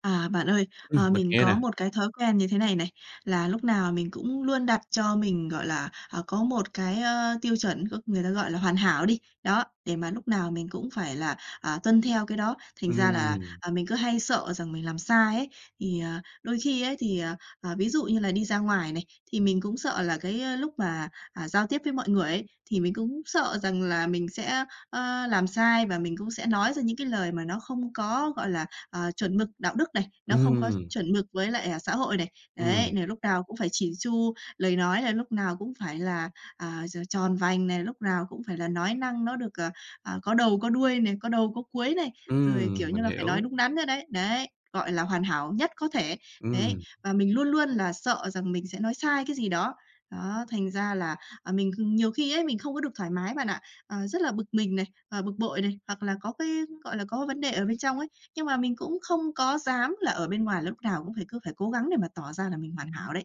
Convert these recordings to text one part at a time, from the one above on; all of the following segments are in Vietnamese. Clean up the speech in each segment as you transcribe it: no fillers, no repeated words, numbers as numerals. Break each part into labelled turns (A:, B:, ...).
A: À, bạn ơi,
B: Mình
A: mình
B: nghe
A: có
B: nè.
A: một cái thói quen như thế này này, là lúc nào mình cũng luôn đặt cho mình, gọi là, à, có một cái, tiêu chuẩn, có người ta gọi là hoàn hảo đi, đó, để mà lúc nào mình cũng phải là, à, tuân theo cái đó. Thành ra là,
B: Ừm,
A: à, mình cứ hay sợ rằng mình làm sai ấy, thì, à, đôi khi ấy thì, à, ví dụ như là đi ra ngoài này, thì mình cũng sợ là cái, lúc mà, à, giao tiếp với mọi người ấy, thì mình cũng sợ rằng là mình sẽ, làm sai và mình cũng sẽ nói ra những cái lời mà nó không có, gọi là, à, chuẩn mực đạo đức này, nó không có
B: ừm,
A: chuẩn mực với lại, à, xã hội này. Đấy,
B: ừm,
A: nà lúc nào cũng phải chỉn chu, lời nói là lúc nào cũng phải là, à, tròn vành này, lúc nào cũng phải là nói năng nó được, à, có đầu có đuôi này, có đầu có cuối này, rồi, kiểu
B: mình
A: như là, phải nói
B: hiểu.
A: đúng đắn nữa đấy. Đấy, gọi là hoàn hảo nhất có thể. Đấy,
B: Ừm,
A: và mình luôn luôn là sợ rằng mình sẽ nói sai cái gì đó. Đó, thành ra là, à, mình nhiều khi ấy, mình không có được thoải mái bạn ạ, à, rất là bực mình này, à, bực bội này, hoặc là có cái, gọi là, có vấn đề ở bên trong ấy, nhưng mà mình cũng không có dám là ở bên ngoài lúc nào cũng phải cứ phải cố gắng để mà tỏ ra là mình hoàn hảo đấy.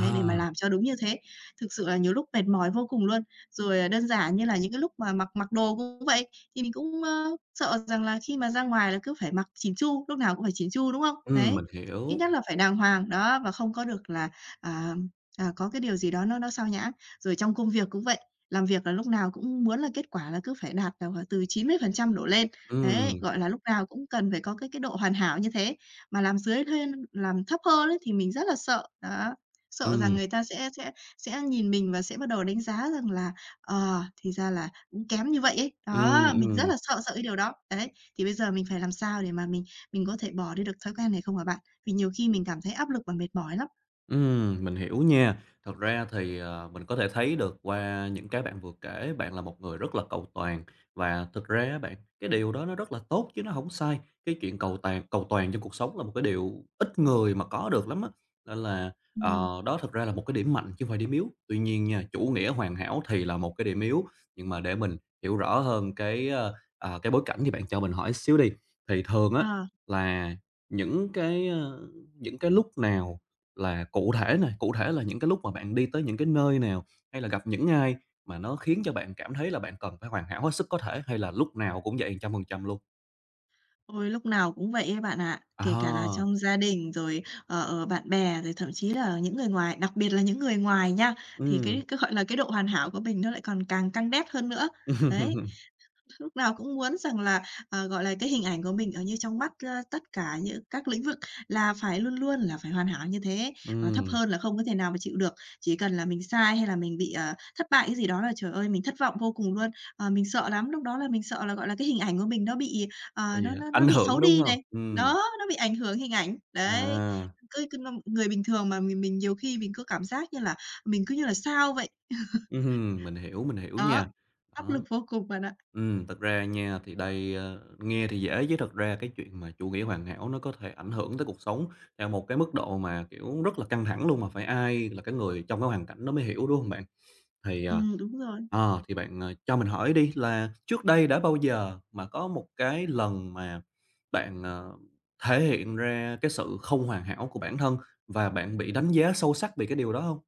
A: Đấy, để mà làm cho đúng như thế. Thực sự là nhiều lúc mệt mỏi vô cùng luôn. Rồi, à, đơn giản như là những cái lúc mà mặc mặc đồ cũng vậy, thì mình cũng, sợ rằng là khi mà ra ngoài là cứ phải mặc chỉn chu, lúc nào cũng phải chỉn chu, đúng không? Đấy,
B: mình
A: ít
B: hiểu.
A: nhất là phải đàng hoàng, đó, và không có được là, à, à, có cái điều gì đó nó sao nhãng. Rồi trong công việc cũng vậy, làm việc là lúc nào cũng muốn là kết quả là cứ phải đạt, à, từ 90% đổ lên. Đấy,
B: Ừm,
A: gọi là, lúc nào cũng cần phải có cái độ hoàn hảo như thế, mà làm dưới lên làm thấp hơn ấy thì mình rất là sợ, đó. Sợ rằng
B: ừm,
A: người ta sẽ nhìn mình và sẽ bắt đầu đánh giá rằng là, thì ra là cũng kém như vậy ấy.
B: ừm,
A: Đó, mình rất
B: ừm.
A: là sợ sợ cái điều đó. Đấy, thì bây giờ mình phải làm sao để mà mình có thể bỏ đi được thói quen này không hả bạn? Vì nhiều khi mình cảm thấy áp lực và mệt mỏi lắm.
B: Mình hiểu nha. Thật ra thì, mình có thể thấy được qua những cái bạn vừa kể, bạn là một người rất là cầu toàn và thực ra á bạn, cái điều đó nó rất là tốt chứ nó không sai. Cái chuyện cầu toàn trong cuộc sống là một cái điều ít người mà có được lắm á, nên là,
A: Ừm,
B: đó thật ra là một cái điểm mạnh chứ không phải điểm yếu. Tuy nhiên nha, chủ nghĩa hoàn hảo thì là một cái điểm yếu, nhưng mà để mình hiểu rõ hơn cái bối cảnh thì bạn cho mình hỏi xíu đi. Thì thường á
A: ờ.
B: là những cái, ơ, những cái lúc nào là cụ thể này, cụ thể là những cái lúc mà bạn đi tới những cái nơi nào, hay là gặp những ai mà nó khiến cho bạn cảm thấy là bạn cần phải hoàn hảo hết sức có thể, hay là lúc nào cũng vậy 100% luôn?
A: Ôi, lúc nào cũng vậy ấy bạn ạ. Kể cả là
B: À,
A: trong gia đình rồi, bạn bè, rồi thậm chí là những người ngoài, đặc biệt là những người ngoài nha, thì
B: ừm,
A: cái, gọi là, cái độ hoàn hảo của mình nó lại còn càng căng đét hơn nữa. Đấy. Lúc nào cũng muốn rằng là, gọi là, cái hình ảnh của mình ở như trong mắt, tất cả những các lĩnh vực là phải luôn luôn là phải hoàn hảo như thế, và thấp
B: ừm,
A: hơn là không có thể nào mà chịu được. Chỉ cần là mình sai hay là mình bị, thất bại cái gì đó là, trời ơi, mình thất vọng vô cùng luôn. Mình sợ lắm, lúc đó là mình sợ là, gọi là, cái hình ảnh của mình nó bị,
B: tại vì
A: nó
B: ảnh
A: bị
B: hưởng,
A: xấu
B: đúng
A: đi
B: không?
A: này, đó, nó bị ảnh hưởng hình ảnh. Đấy,
B: À,
A: cứ cứ người bình thường mà mình nhiều khi mình cứ cảm giác như là mình cứ như là sao vậy.
B: mình hiểu
A: Đó,
B: nha.
A: áp
B: Đó,
A: lực vô cùng bạn ạ.
B: thật ra nha thì đây, ơ, nghe thì dễ chứ thật ra cái chuyện mà chủ nghĩa hoàn hảo nó có thể ảnh hưởng tới cuộc sống theo một cái mức độ mà, kiểu, rất là căng thẳng luôn, mà phải ai là cái người trong cái hoàn cảnh đó mới hiểu, đúng không bạn? Thì, ờ,
A: Đúng rồi.
B: thì bạn, cho mình hỏi đi là trước đây đã bao giờ mà có một cái lần mà bạn, thể hiện ra cái sự không hoàn hảo của bản thân và bạn bị đánh giá sâu sắc vì cái điều đó không?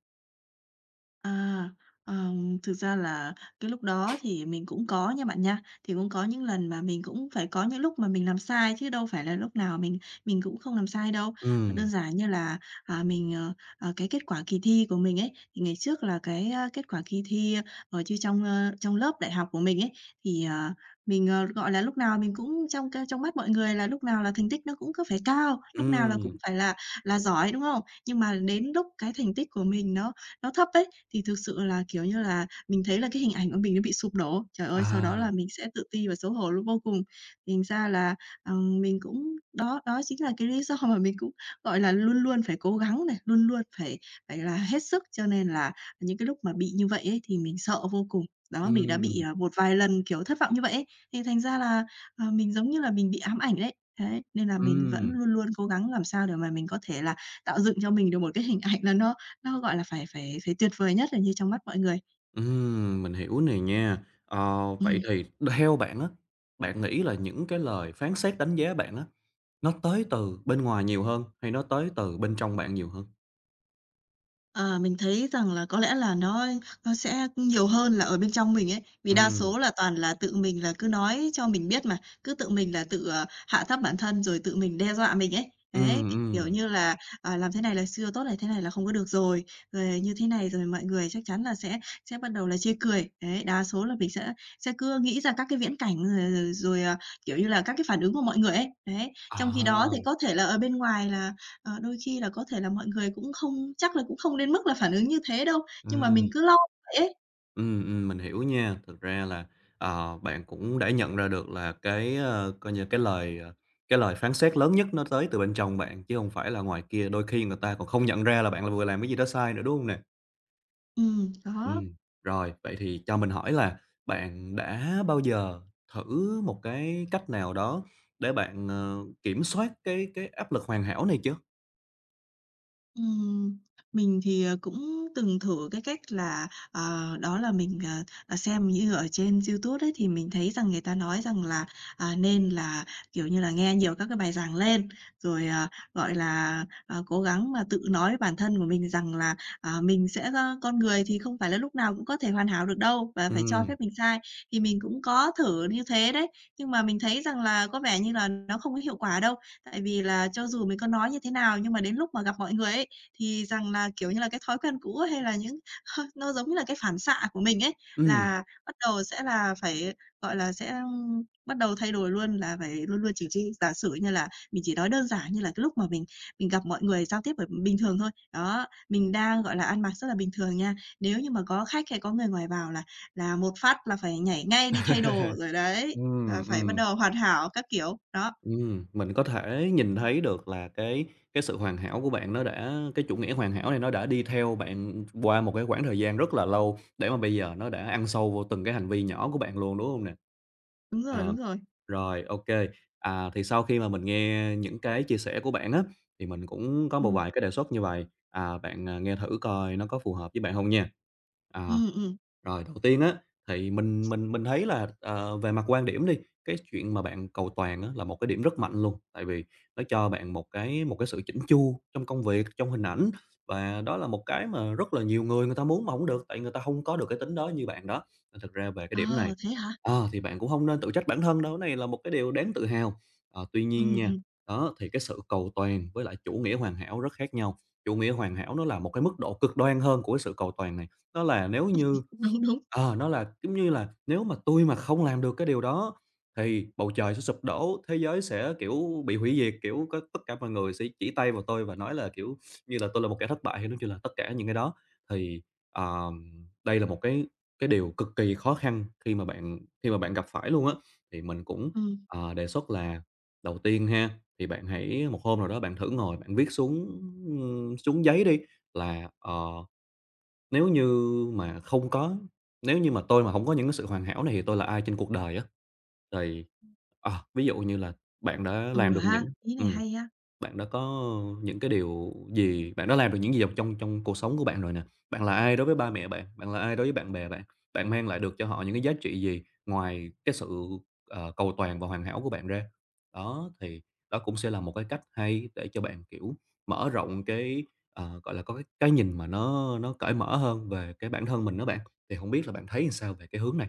A: À, thực ra là cái lúc đó thì mình cũng có nha bạn nha. Thì cũng có những lần mà mình cũng phải có những lúc mà mình làm sai chứ đâu phải là lúc nào mình cũng không làm sai đâu. Đơn
B: Ừm,
A: giản như là, à, mình, cái kết quả kỳ thi của mình ấy, thì ngày trước là cái, kết quả kỳ thi ở chứ trong, trong lớp đại học của mình ấy, thì, mình, gọi là, lúc nào mình cũng trong trong mắt mọi người là lúc nào là thành tích nó cũng cứ phải cao, lúc nào là cũng
B: ừm,
A: phải là giỏi, đúng không? Nhưng mà đến lúc cái thành tích của mình nó thấp ấy, thì thực sự là, kiểu như là, mình thấy là cái hình ảnh của mình nó bị sụp đổ. Trời ơi, sau đó
B: à,
A: là mình sẽ tự ti và xấu hổ luôn vô cùng. Thành ra là, mình cũng đó, đó chính là cái lý do mà mình cũng, gọi là, luôn luôn phải cố gắng này, luôn luôn phải phải là hết sức, cho nên là những cái lúc mà bị như vậy ấy thì mình sợ vô cùng. Đó, mình đã bị,
B: ừm,
A: à, một vài lần, kiểu, thất vọng như vậy ấy, thì thành ra là, mình giống như là mình bị ám ảnh đấy. Đấy, nên là mình vẫn
B: ừm,
A: luôn luôn cố gắng làm sao để mà mình có thể là tạo dựng cho mình được một cái hình ảnh là nó, gọi là, phải phải phải tuyệt vời nhất là như trong mắt mọi người.
B: mình hiểu này nha. Ờ, vậy
A: Ừm.
B: thì theo bạn á, bạn nghĩ là những cái lời phán xét đánh giá bạn á, nó tới từ bên ngoài nhiều hơn hay nó tới từ bên trong bạn nhiều hơn?
A: Ờ, mình thấy rằng là có lẽ là nó sẽ nhiều hơn là ở bên trong mình ấy, vì đa
B: Ừm,
A: số là toàn là tự mình là cứ nói cho mình biết mà, cứ tự mình là tự, hạ thấp bản thân rồi tự mình đe dọa mình ấy.
B: ừm,
A: Đấy, kiểu
B: ừm.
A: như là, à, làm thế này là chưa tốt này, thế này là không có được rồi, rồi như thế này rồi mọi người chắc chắn là sẽ bắt đầu là chê cười. Đấy, đa số là mình sẽ cứ nghĩ ra các cái viễn cảnh rồi rồi, à, kiểu như là, các cái phản ứng của mọi người ấy. Đấy, trong khi đó
B: À,
A: thì có thể là ở bên ngoài là đôi khi là có thể là mọi người cũng không chắc là cũng không đến mức là phản ứng như thế đâu, nhưng mà
B: ừm,
A: mình cứ lo vậy ấy.
B: mình hiểu nha. Thực ra là, bạn cũng đã nhận ra được là coi như cái lời phán xét lớn nhất nó tới từ bên trong bạn, chứ không phải là ngoài kia, đôi khi người ta còn không nhận ra là bạn là vừa làm cái gì đó sai nữa, đúng không nè?
A: Đó.
B: Ừm, rồi, vậy thì cho mình hỏi là bạn đã bao giờ thử một cái cách nào đó để bạn, kiểm soát cái áp lực hoàn hảo này chưa?
A: Ừm, mình thì, cũng từng thử cái cách là, đó là mình, xem như ở trên YouTube đấy thì mình thấy rằng người ta nói rằng là, à, nên là, kiểu như là, nghe nhiều các cái bài giảng lên, rồi, gọi là, cố gắng mà tự nói với bản thân của mình rằng là, à, mình sẽ con người thì không phải là lúc nào cũng có thể hoàn hảo được đâu và phải cho
B: Ừm,
A: phép mình sai. Thì mình cũng có thử như thế đấy, nhưng mà mình thấy rằng là có vẻ như là nó không có hiệu quả đâu. Tại vì là cho dù mình có nói như thế nào nhưng mà đến lúc mà gặp mọi người ấy, thì rằng là, kiểu như là, cái thói quen cũ hay là những hơi nó giống như là cái phản xạ của mình ấy,
B: ừm.
A: là bắt đầu sẽ là phải, gọi là, sẽ, bắt đầu thay đổi luôn là phải luôn luôn chỉ chi giả sử như là mình chỉ nói đơn giản như là cái lúc mà mình gặp mọi người giao tiếp bình thường thôi. Đó, mình đang, gọi là, ăn mặc rất là bình thường nha, nếu như mà có khách hay có người ngoài vào là một phát là phải nhảy ngay đi thay đồ rồi đấy, là
B: Ừm,
A: phải bắt
B: ừm.
A: đầu hoàn hảo các kiểu. Đó,
B: Mình có thể nhìn thấy được là cái sự hoàn hảo của bạn nó đã cái chủ nghĩa hoàn hảo này nó đã đi theo bạn qua một cái quãng thời gian rất là lâu để mà bây giờ nó đã ăn sâu vô từng cái hành vi nhỏ của bạn luôn, đúng không nè?
A: đúng rồi,
B: À,
A: đúng rồi.
B: rồi, ok. À, thì sau khi mà mình nghe những cái chia sẻ của bạn á, thì mình cũng có một
A: Ừm,
B: vài cái đề xuất như vậy à, bạn, à, nghe thử coi nó có phù hợp với bạn không nha. À
A: ừm, ừm.
B: rồi, đầu tiên á, thì mình thấy là, về mặt quan điểm đi, cái chuyện mà bạn cầu toàn á là một cái điểm rất mạnh luôn, tại vì nó cho bạn một cái sự chỉnh chu trong công việc, trong hình ảnh, và đó là một cái mà rất là nhiều người người ta muốn mà hổng được, tại người ta không có được cái tính đó như bạn đó. Nên thực ra về cái điểm này,
A: Ờ, thế hả?
B: thì bạn cũng không nên tự trách bản thân đâu, cái này là một cái điều đáng tự hào. Ờ, tuy nhiên
A: Ừm,
B: nha,
A: ừm.
B: đó, thì cái sự cầu toàn với lại chủ nghĩa hoàn hảo rất khác nhau. Chủ nghĩa hoàn hảo nó là một cái mức độ cực đoan hơn của cái sự cầu toàn này, đó là nếu như
A: Đúng, đúng.
B: Nó là, giống như là, nếu mà tôi mà không làm được cái điều đó thì bầu trời sẽ sụp đổ, thế giới sẽ, kiểu, bị hủy diệt, kiểu, có tất cả mọi người sẽ chỉ tay vào tôi và nói là, kiểu như là, tôi là một kẻ thất bại hay nói chung là tất cả những cái đó. Thì, đây là một cái điều cực kỳ khó khăn khi mà bạn gặp phải luôn á. Thì mình cũng,
A: Ừm,
B: đề xuất là đầu tiên ha, thì bạn hãy một hôm nào đó bạn thử ngồi bạn viết xuống giấy đi là, nếu như mà không có nếu như mà tôi mà không có những cái sự hoàn hảo này thì tôi là ai trên cuộc đời á? Thì, ví dụ như là bạn đã
A: ừ
B: làm được
A: ha,
B: những
A: ý này
B: ừm.
A: hay á.
B: Bạn đã có những cái điều gì, bạn đã làm được những gì trong trong cuộc sống của bạn rồi nè? Bạn là ai đối với ba mẹ bạn? Bạn là ai đối với bạn bè bạn? Bạn mang lại được cho họ những cái giá trị gì ngoài cái sự, cầu toàn và hoàn hảo của bạn ra? Đó, thì đó cũng sẽ là một cái cách hay để cho bạn, kiểu, mở rộng cái, gọi là, có cái nhìn mà nó cởi mở hơn về cái bản thân mình đó bạn. Thì không biết là bạn thấy làm sao về cái hướng này?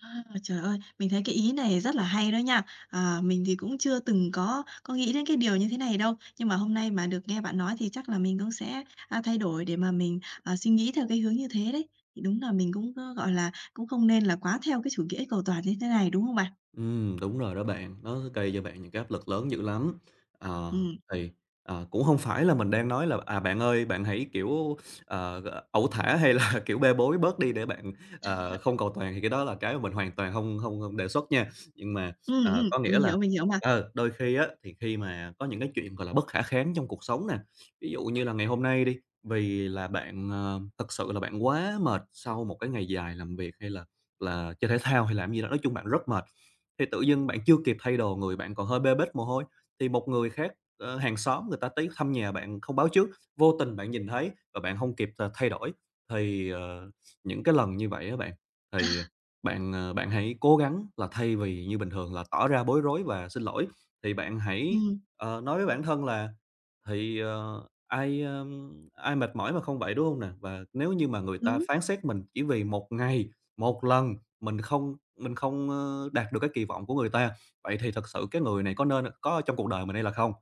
A: À, trời ơi, mình thấy cái ý này rất là hay đó nha. À, mình thì cũng chưa từng có nghĩ đến cái điều như thế này đâu, nhưng mà hôm nay mà được nghe bạn nói thì chắc là mình cũng sẽ, thay đổi để mà mình, à, suy nghĩ theo cái hướng như thế đấy. Thì đúng là mình cũng có, gọi là, cũng không nên là quá theo cái chủ nghĩa cầu toàn như thế này, đúng không bạn?
B: Đúng rồi đó bạn, nó sẽ gây cho bạn những cái áp lực lớn dữ lắm. Ờ,
A: Ừm,
B: thì, cũng không phải là mình đang nói là "À, bạn ơi, bạn hãy, kiểu, ờ, ẩu thả hay là, kiểu, bê bối bớt đi để bạn, không cầu toàn" thì cái đó là cái mà mình hoàn toàn không không hông đề xuất nha. Nhưng mà, có nghĩa là,
A: mình hiểu mà.
B: đôi khi á, thì khi mà có những cái chuyện, gọi là, bất khả kháng trong cuộc sống nè, ví dụ như là ngày hôm nay đi, vì là bạn, thực sự là bạn quá mệt sau một cái ngày dài làm việc hay là chơi thể thao hay làm gì đó, nói chung bạn rất mệt, thì tự dưng bạn chưa kịp thay đồ, người bạn còn hơi bê bết mồ hôi, thì một người khác, hàng xóm người ta tới thăm nhà bạn không báo trước, vô tình bạn nhìn thấy và bạn không kịp, thay đổi. Thì, những cái lần như vậy á bạn, thì bạn hãy cố gắng là thay vì như bình thường là tỏ ra bối rối và xin lỗi, thì bạn hãy,
A: Ừm,
B: nói với bản thân là thì, ai mệt mỏi mà không vậy, đúng không nè? Và nếu như mà người ta
A: đúng.
B: phán xét mình chỉ vì một ngày, một lần mình không, đạt được cái kỳ vọng của người ta, vậy thì thật sự cái người này có nên có trong cuộc đời mình hay là không?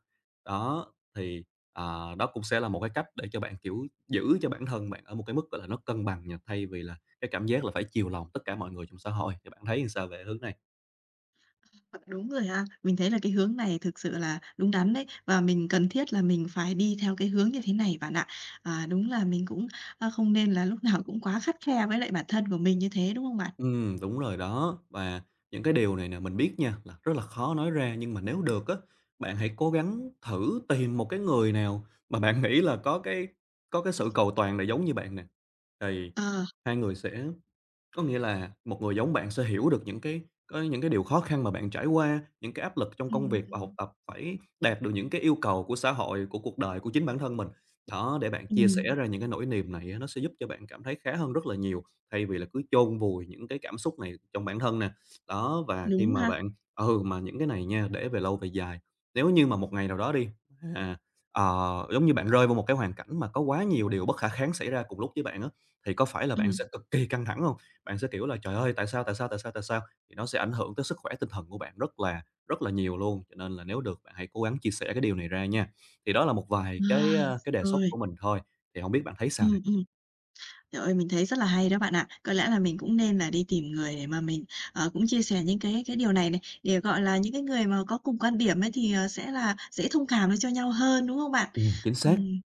B: Đó, thì, đó cũng sẽ là một cái cách để cho bạn, kiểu, giữ cho bản thân bạn ở một cái mức, gọi là, nó cân bằng nha, thay vì là cái cảm giác là phải chiều lòng tất cả mọi người trong xã hội. Thì bạn thấy làm sao về hướng này?
A: Ờ, đúng rồi ha. Mình thấy là cái hướng này thực sự là đúng đắn đấy, và mình cần thiết là mình phải đi theo cái hướng như thế này bạn ạ. À, đúng là mình cũng, không nên là lúc nào cũng quá khắt khe với lại bản thân của mình như thế, đúng không bạn?
B: Ừ, đúng rồi đó. Và những cái điều này nè, mình biết nha, là rất là khó nói ra, nhưng mà nếu được á, bạn hãy cố gắng thử tìm một cái người nào mà bạn nghĩ là có cái sự cầu toàn là giống như bạn nè, thì
A: Ờ,
B: hai người sẽ có nghĩa là một người giống bạn sẽ hiểu được những cái có những cái điều khó khăn mà bạn trải qua, những cái áp lực trong công
A: ừm,
B: việc và học
A: ừm,
B: tập, phải đạt được những cái yêu cầu của xã hội, của cuộc đời, của chính bản thân mình. Đó, để bạn chia sẻ
A: ừm,
B: ra những cái nỗi niềm này á, nó sẽ giúp cho bạn cảm thấy khá hơn rất là nhiều, thay vì là cứ chôn vùi những cái cảm xúc này trong bản thân nè. Đó, và khi
A: đúng
B: mà
A: ha,
B: bạn mà những cái này nha, để về lâu về dài, nếu như mà một ngày nào đó đi, à, giống như bạn rơi vào một cái hoàn cảnh mà có quá nhiều điều bất khả kháng xảy ra cùng lúc với bạn á, thì có phải là bạn sẽ
A: ừm,
B: cực kỳ căng thẳng không, bạn sẽ, kiểu là "Trời ơi, tại sao, tại sao, tại sao, tại sao?" Thì nó sẽ ảnh hưởng tới sức khỏe tinh thần của bạn rất là nhiều luôn, cho nên là nếu được bạn hãy cố gắng chia sẻ cái điều này ra nha. Thì đó là một vài
A: à,
B: cái đề xuất
A: rồi,
B: của mình thôi, thì không biết bạn thấy sao nè?
A: ừm. Trời ơi, mình thấy rất là hay đó bạn ạ. Có lẽ là mình cũng nên là đi tìm người để mà mình, cũng chia sẻ những cái điều này này, để, gọi là, những cái người mà có cùng quan điểm ấy thì, sẽ là dễ thông cảm được cho nhau hơn, đúng không bạn?
B: Chính xác,
A: Ừm.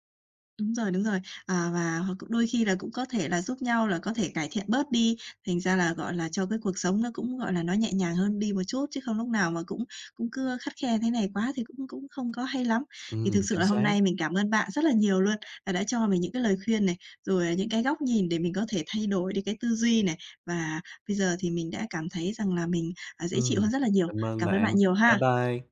A: Đúng rồi, đúng rồi. À, và hoặc cũng đôi khi là cũng có thể là giúp nhau là có thể cải thiện bớt đi, thành ra là, gọi là, cho cái cuộc sống nó cũng, gọi là, nó nhẹ nhàng hơn đi một chút, chứ không lúc nào mà cũng cũng cứ khắt khe thế này quá thì cũng cũng không có hay lắm. Thì thực sự
B: chính
A: là hôm
B: xác,
A: nay mình cảm ơn bạn rất là nhiều luôn, là đã cho mình những cái lời khuyên này, rồi những cái góc nhìn để mình có thể thay đổi đi cái tư duy này, và bây giờ thì mình đã cảm thấy rằng là mình, à, dễ chịu
B: ừm.
A: hơn rất là nhiều.
B: Cảm ơn
A: Cảm ơn bạn
B: bạn.
A: nhiều
B: Bye
A: ha.
B: bye.